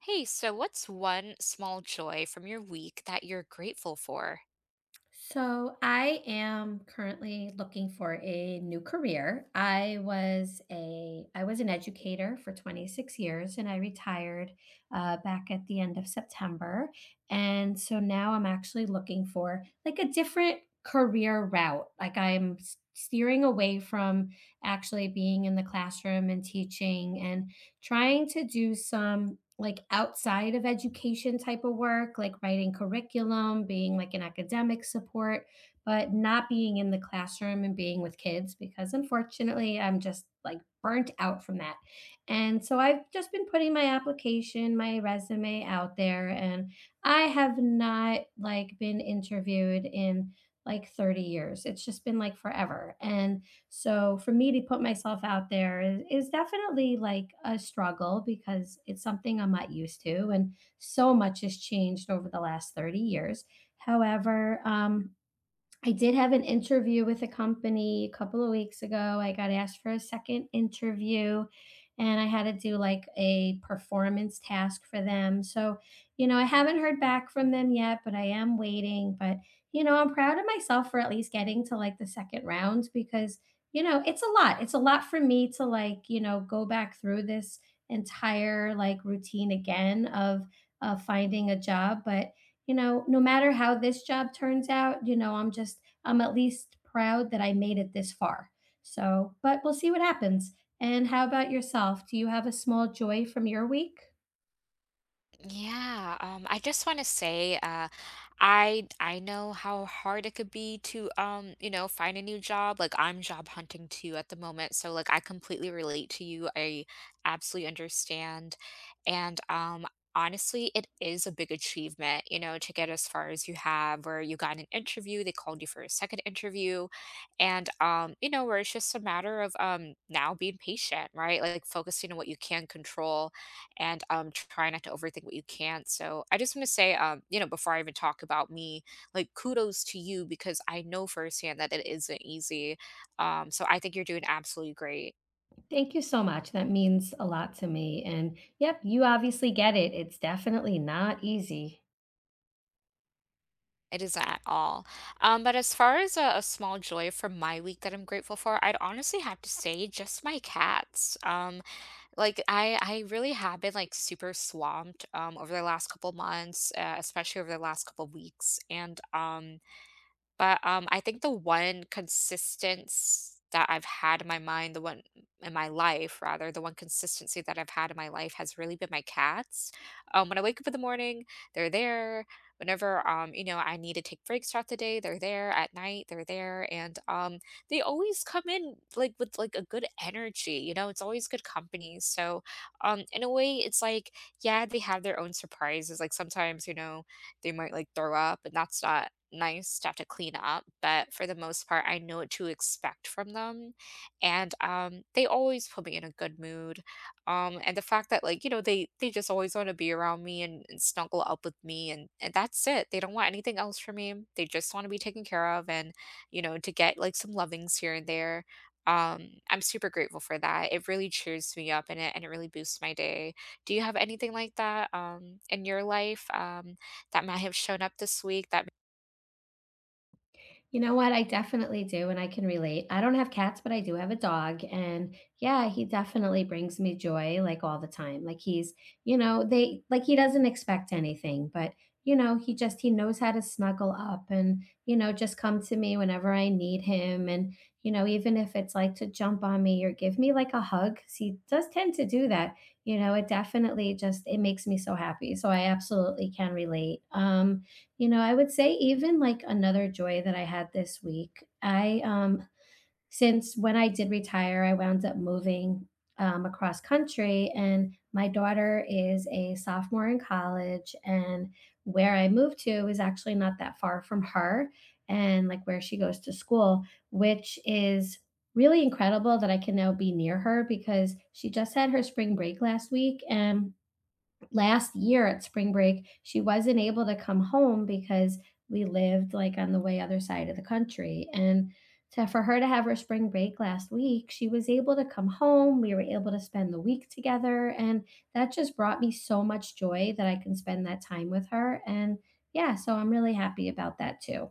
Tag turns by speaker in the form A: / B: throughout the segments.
A: Hey, so what's one small joy from your week that you're grateful for?
B: So I am currently looking for a new career. I was an educator for 26 years and I retired back at the end of September. And so now I'm actually looking for like a different career route. Like steering away from actually being in the classroom and teaching and trying to do some like outside of education type of work, like writing curriculum, being like an academic support, but not being in the classroom and being with kids because unfortunately I'm just like burnt out from that. And so I've just been putting my application, my resume out there and I have not like been interviewed in like 30 years. It's just been like forever. And so for me to put myself out there is definitely like a struggle because it's something I'm not used to, and so much has changed over the last 30 years. However, I did have an interview with a company a couple of weeks ago. I got asked for a second interview and I had to do like a performance task for them. So, you know, I haven't heard back from them yet, but I am waiting. But, you know, I'm proud of myself for at least getting to like the second round because, you know, it's a lot. It's a lot for me to like, you know, go back through this entire like routine again of finding a job. But you know, no matter how this job turns out, you know, I'm at least proud that I made it this far. So, but we'll see what happens. And how about yourself? Do you have a small joy from your week?
A: Yeah, I just want to say, I know how hard it could be to, you know, find a new job. Like I'm job hunting too at the moment, so like I completely relate to you. I absolutely understand, and honestly, it is a big achievement, you know, to get as far as you have, where you got an interview, they called you for a second interview, and you know, where it's just a matter of now being patient, right? Like focusing on what you can control and try not to overthink what you can. So I just want to say, before I even talk about me, like kudos to you because I know firsthand that it isn't easy. So I think you're doing absolutely great.
B: Thank you so much. That means a lot to me. And yep, you obviously get it. It's definitely not easy.
A: It isn't at all. But as far as a small joy from my week that I'm grateful for, I'd honestly have to say just my cats. Like I really have been like super swamped over the last couple months, especially over the last couple weeks, and But, I think the one consistency that I've had in my mind, the one in my life rather, the one consistency that I've had in my life has really been my cats. When I wake up in the morning, they're there. Whenever, you know, I need to take breaks throughout the day, they're there. At night, they're there. And they always come in like with like a good energy, you know, it's always good company. So in a way it's like, yeah, they have their own surprises. Like sometimes, you know, they might like throw up and that's not nice stuff to clean up, but for the most part, I know what to expect from them, and, they always put me in a good mood, and the fact that, like, you know, they just always wanna be around me and snuggle up with me, and that's it. They don't want anything else from me. They just wanna be taken care of and, you know, to get, like, some lovings here and there. I'm super grateful for that. It really cheers me up, and it really boosts my day. Do you have anything like that, in your life, that might have shown up this week that
B: You know what? I definitely do, and I can relate. I don't have cats, but I do have a dog. And yeah, he definitely brings me joy like all the time. Like he's, you know, they like he doesn't expect anything, but you know, he knows how to snuggle up and, you know, just come to me whenever I need him. And, you know, even if it's like to jump on me or give me like a hug, 'cause he does tend to do that. You know, it definitely just it makes me so happy. So I absolutely can relate. You know, I would say even like another joy that I had this week, I since when I did retire, I wound up moving across country and my daughter is a sophomore in college and where I moved to is actually not that far from her and like where she goes to school, which is really incredible that I can now be near her because she just had her spring break last week and last year at spring break, she wasn't able to come home because we lived like on the way other side of the country. And for her to have her spring break last week, she was able to come home. We were able to spend the week together. And that just brought me so much joy that I can spend that time with her. And yeah, so I'm really happy about that too.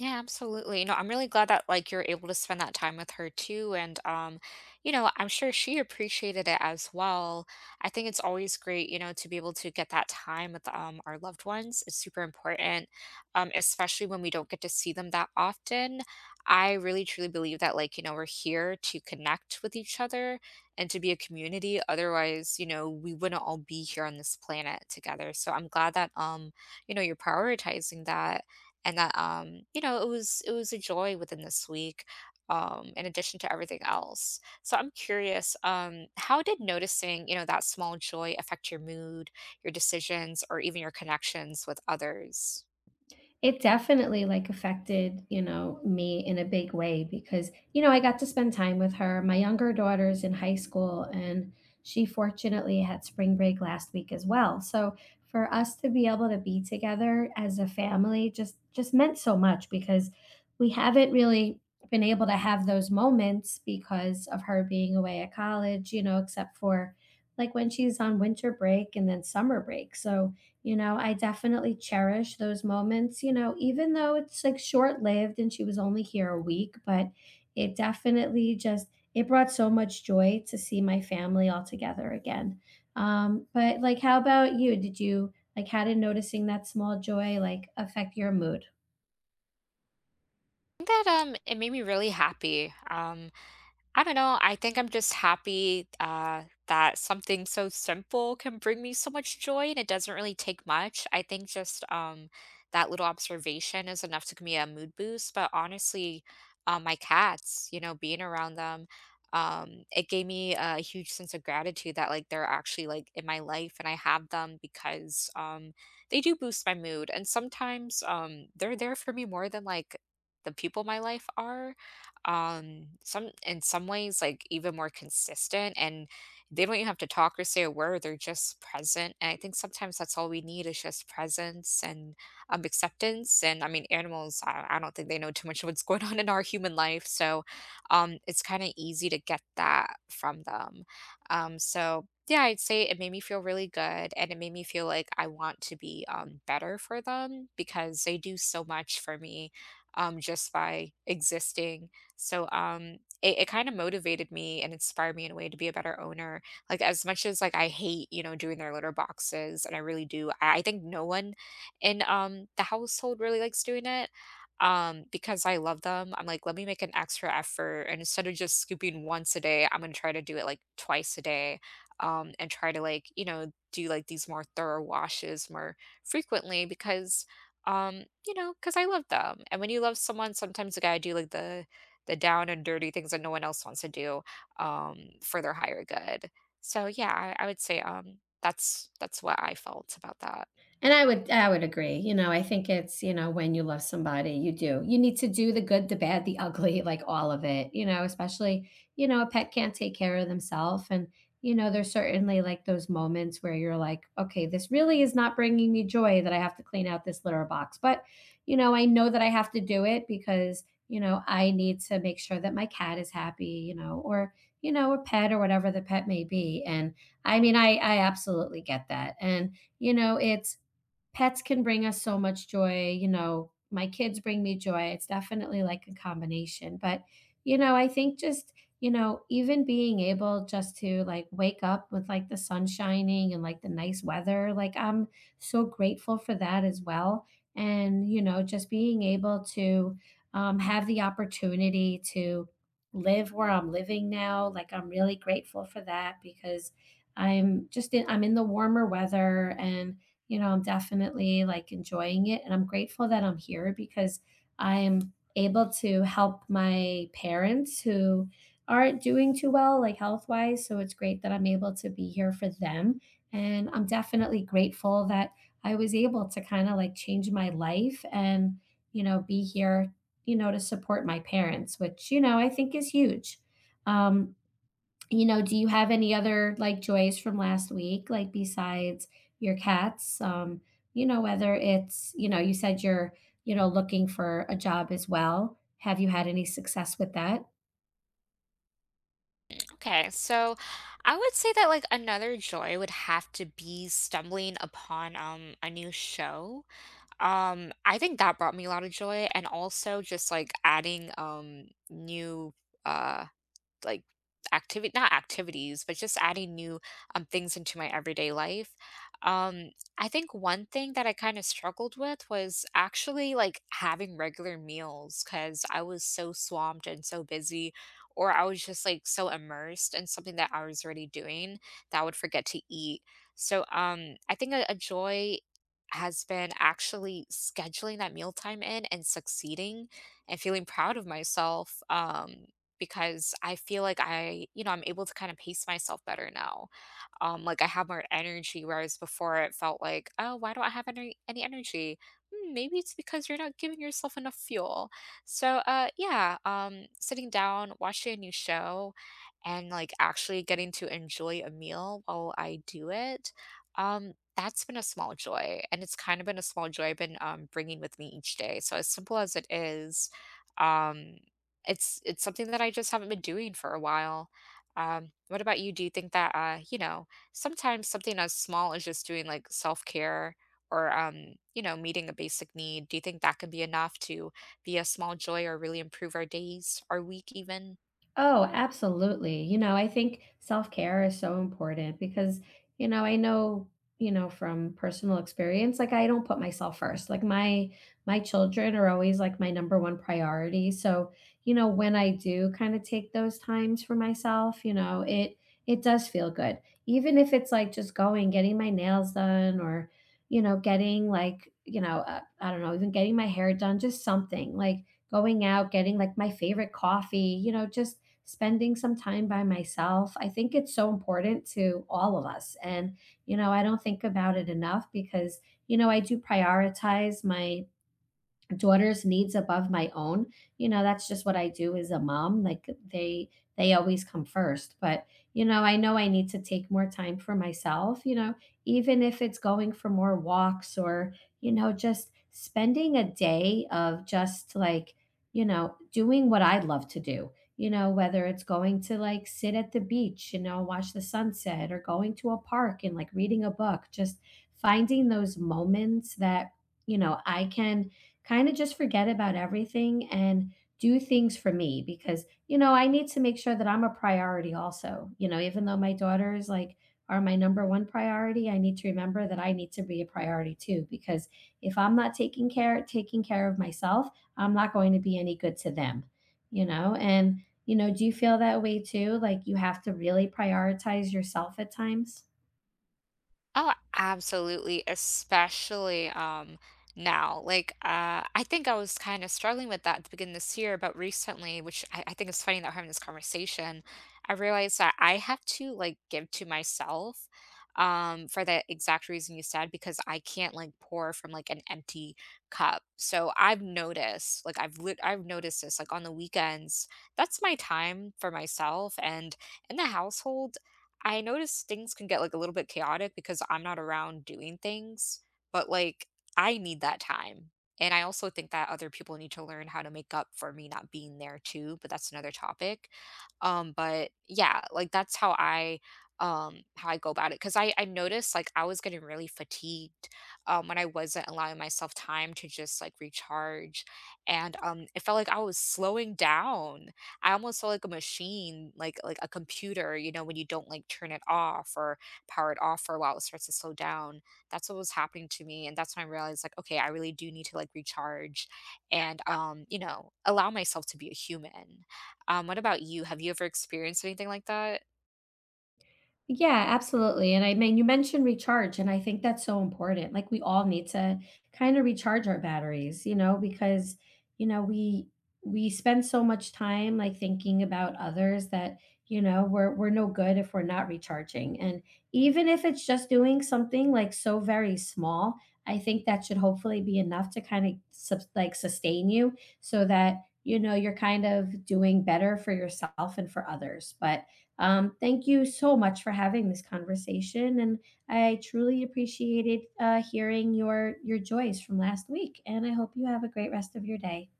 A: Yeah, absolutely. No, I'm really glad that like you're able to spend that time with her too. And you know, I'm sure she appreciated it as well. I think it's always great, you know, to be able to get that time with our loved ones. It's super important, especially when we don't get to see them that often. I really truly believe that like, you know, we're here to connect with each other and to be a community. Otherwise, you know, we wouldn't all be here on this planet together. So I'm glad that you know, you're prioritizing that and that you know it was a joy within this week in addition to everything else. So I'm curious, how did noticing, you know, that small joy affect your mood, your decisions, or even your connections with others?
B: It definitely, like, affected, you know, me in a big way because, you know, I got to spend time with her. My younger daughter's in high school, and she fortunately had spring break last week as well. So for us to be able to be together as a family just meant so much because we haven't really been able to have those moments because of her being away at college, you know, except for like when she's on winter break and then summer break. So you know, I definitely cherish those moments, you know, even though it's like short-lived and she was only here a week, but it definitely just it brought so much joy to see my family all together again. But like how about you? Did you like how did noticing that small joy like affect your mood?
A: Think that it made me really happy. I don't know. I think I'm just happy, that something so simple can bring me so much joy, and it doesn't really take much. I think just that little observation is enough to give me a mood boost. But honestly, my cats, you know, being around them, it gave me a huge sense of gratitude that like they're actually like in my life, and I have them because they do boost my mood. And sometimes they're there for me more than like the people in my life are, some in some ways like even more consistent, and they don't even have to talk or say a word. They're just present, and I think sometimes that's all we need is just presence and acceptance. And I mean animals, I don't think they know too much of what's going on in our human life, so it's kind of easy to get that from them. So yeah, I'd say it made me feel really good, and it made me feel like I want to be better for them because they do so much for me, just by existing. So, it kind of motivated me and inspired me in a way to be a better owner. Like as much as like I hate, you know, doing their litter boxes, and I really do. I think no one in the household really likes doing it. Because I love them, I'm like, let me make an extra effort. And instead of just scooping once a day, I'm gonna try to do it like twice a day. And try to like, you know, do like these more thorough washes more frequently because you know, because I love them. And when you love someone, sometimes you gotta do like the down and dirty things that no one else wants to do, for their higher good. So yeah, I would say, that's what I felt about that.
B: And I would agree. You know, I think it's, you know, when you love somebody, you do. You need to do the good, the bad, the ugly, like all of it, you know, especially, you know, a pet can't take care of themselves and you know, there's certainly like those moments where you're like, okay, this really is not bringing me joy that I have to clean out this litter box. But, you know, I know that I have to do it because, you know, I need to make sure that my cat is happy, you know, or, you know, a pet or whatever the pet may be. And I mean, I absolutely get that. And, you know, it's pets can bring us so much joy, you know, my kids bring me joy. It's definitely like a combination, but, you know, you know, even being able just to like wake up with like the sun shining and like the nice weather, like I'm so grateful for that as well. And, you know, just being able to have the opportunity to live where I'm living now, like I'm really grateful for that because I'm in the warmer weather and you know, I'm definitely like enjoying it. And I'm grateful that I'm here because I'm able to help my parents who aren't doing too well, like health wise. So it's great that I'm able to be here for them. And I'm definitely grateful that I was able to kind of like change my life and, you know, be here, you know, to support my parents, which, you know, I think is huge. Um, you know, do you have any other, like, joys from last week, like, besides your cats? You know, whether it's you know, you said you're, you know, looking for a job as well. Have you had any success with that?
A: Okay, so I would say that like another joy would have to be stumbling upon a new show. I think that brought me a lot of joy, and also just like adding new uh like activity not activities, but just adding new things into my everyday life. Um, I think one thing that I kind of struggled with was actually like having regular meals because I was so swamped and so busy, or I was just like so immersed in something that I was already doing that I would forget to eat. So I think a joy has been actually scheduling that mealtime in and succeeding and feeling proud of myself. Because I feel like I, you know, I'm able to kinda pace myself better now. Like I have more energy, whereas before it felt like, oh, why don't I have any energy? Hmm, maybe it's because you're not giving yourself enough fuel. So, yeah, sitting down, watching a new show, and like actually getting to enjoy a meal while I do it, that's been a small joy, and it's kind of been a small joy I've been, bringing with me each day. So, as simple as it is, um, it's something that I just haven't been doing for a while. What about you? Do you think that, you know, sometimes something as small as just doing like self-care or you know, meeting a basic need, do you think that can be enough to be a small joy or really improve our days, our week even?
B: Oh, absolutely. You know, I think self-care is so important because, you know, I know, you know, from personal experience, like I don't put myself first. Like my children are always like my number one priority. So, you know, when I do kind of take those times for myself, you know, it does feel good. Even if it's like just going, getting my nails done or, you know, getting like, you know, I don't know, even getting my hair done, just something like going out, getting like my favorite coffee, you know, just spending some time by myself. I think it's so important to all of us. And, you know, I don't think about it enough because, you know, I do prioritize my daughter's needs above my own, you know. That's just what I do as a mom. Like they always come first. But you know, I know I need to take more time for myself, you know, even if it's going for more walks or, you know, just spending a day of just like, you know, doing what I love to do, you know, whether it's going to like sit at the beach, you know, watch the sunset or going to a park and like reading a book, just finding those moments that, you know, I can kinda just forget about everything and do things for me because, you know, I need to make sure that I'm a priority also. You know, even though my daughters, like, are my number one priority, I need to remember that I need to be a priority too because if I'm not taking care of myself, I'm not going to be any good to them, you know? And, you know, do you feel that way too? Like, you have to really prioritize yourself at times?
A: Oh, absolutely, especially now. Like I think I was kind of struggling with that at the beginning of this year, but recently, which I think is funny that we're having this conversation, I realized that I have to like give to myself for the exact reason you said, because I can't like pour from like an empty cup. So I've noticed, like I've noticed this, like on the weekends, that's my time for myself and in the household I notice things can get like a little bit chaotic because I'm not around doing things, but like I need that time. And I also think that other people need to learn how to make up for me not being there too, but that's another topic. But yeah, like that's how I, how I go about it. Cause I noticed like I was getting really fatigued when I wasn't allowing myself time to just like recharge. And it felt like I was slowing down. I almost felt like a machine, like a computer, you know, when you don't like turn it off or power it off for a while, it starts to slow down. That's what was happening to me. And that's when I realized like, okay, I really do need to like recharge and you know, allow myself to be a human. What about you? Have you ever experienced anything like that?
B: Yeah, absolutely. And I mean, you mentioned recharge, and I think that's so important. Like, we all need to kind of recharge our batteries, you know, because, you know, we spend so much time like thinking about others that, you know, we're no good if we're not recharging. And even if it's just doing something like so very small, I think that should hopefully be enough to kind of sub like sustain you so that, you know, you're kind of doing better for yourself and for others. But thank you so much for having this conversation, and I truly appreciated hearing your joys from last week. And I hope you have a great rest of your day.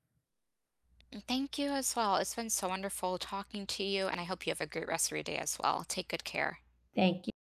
A: And thank you as well. It's been so wonderful talking to you, and I hope you have a great rest of your day as well. Take good care.
B: Thank you.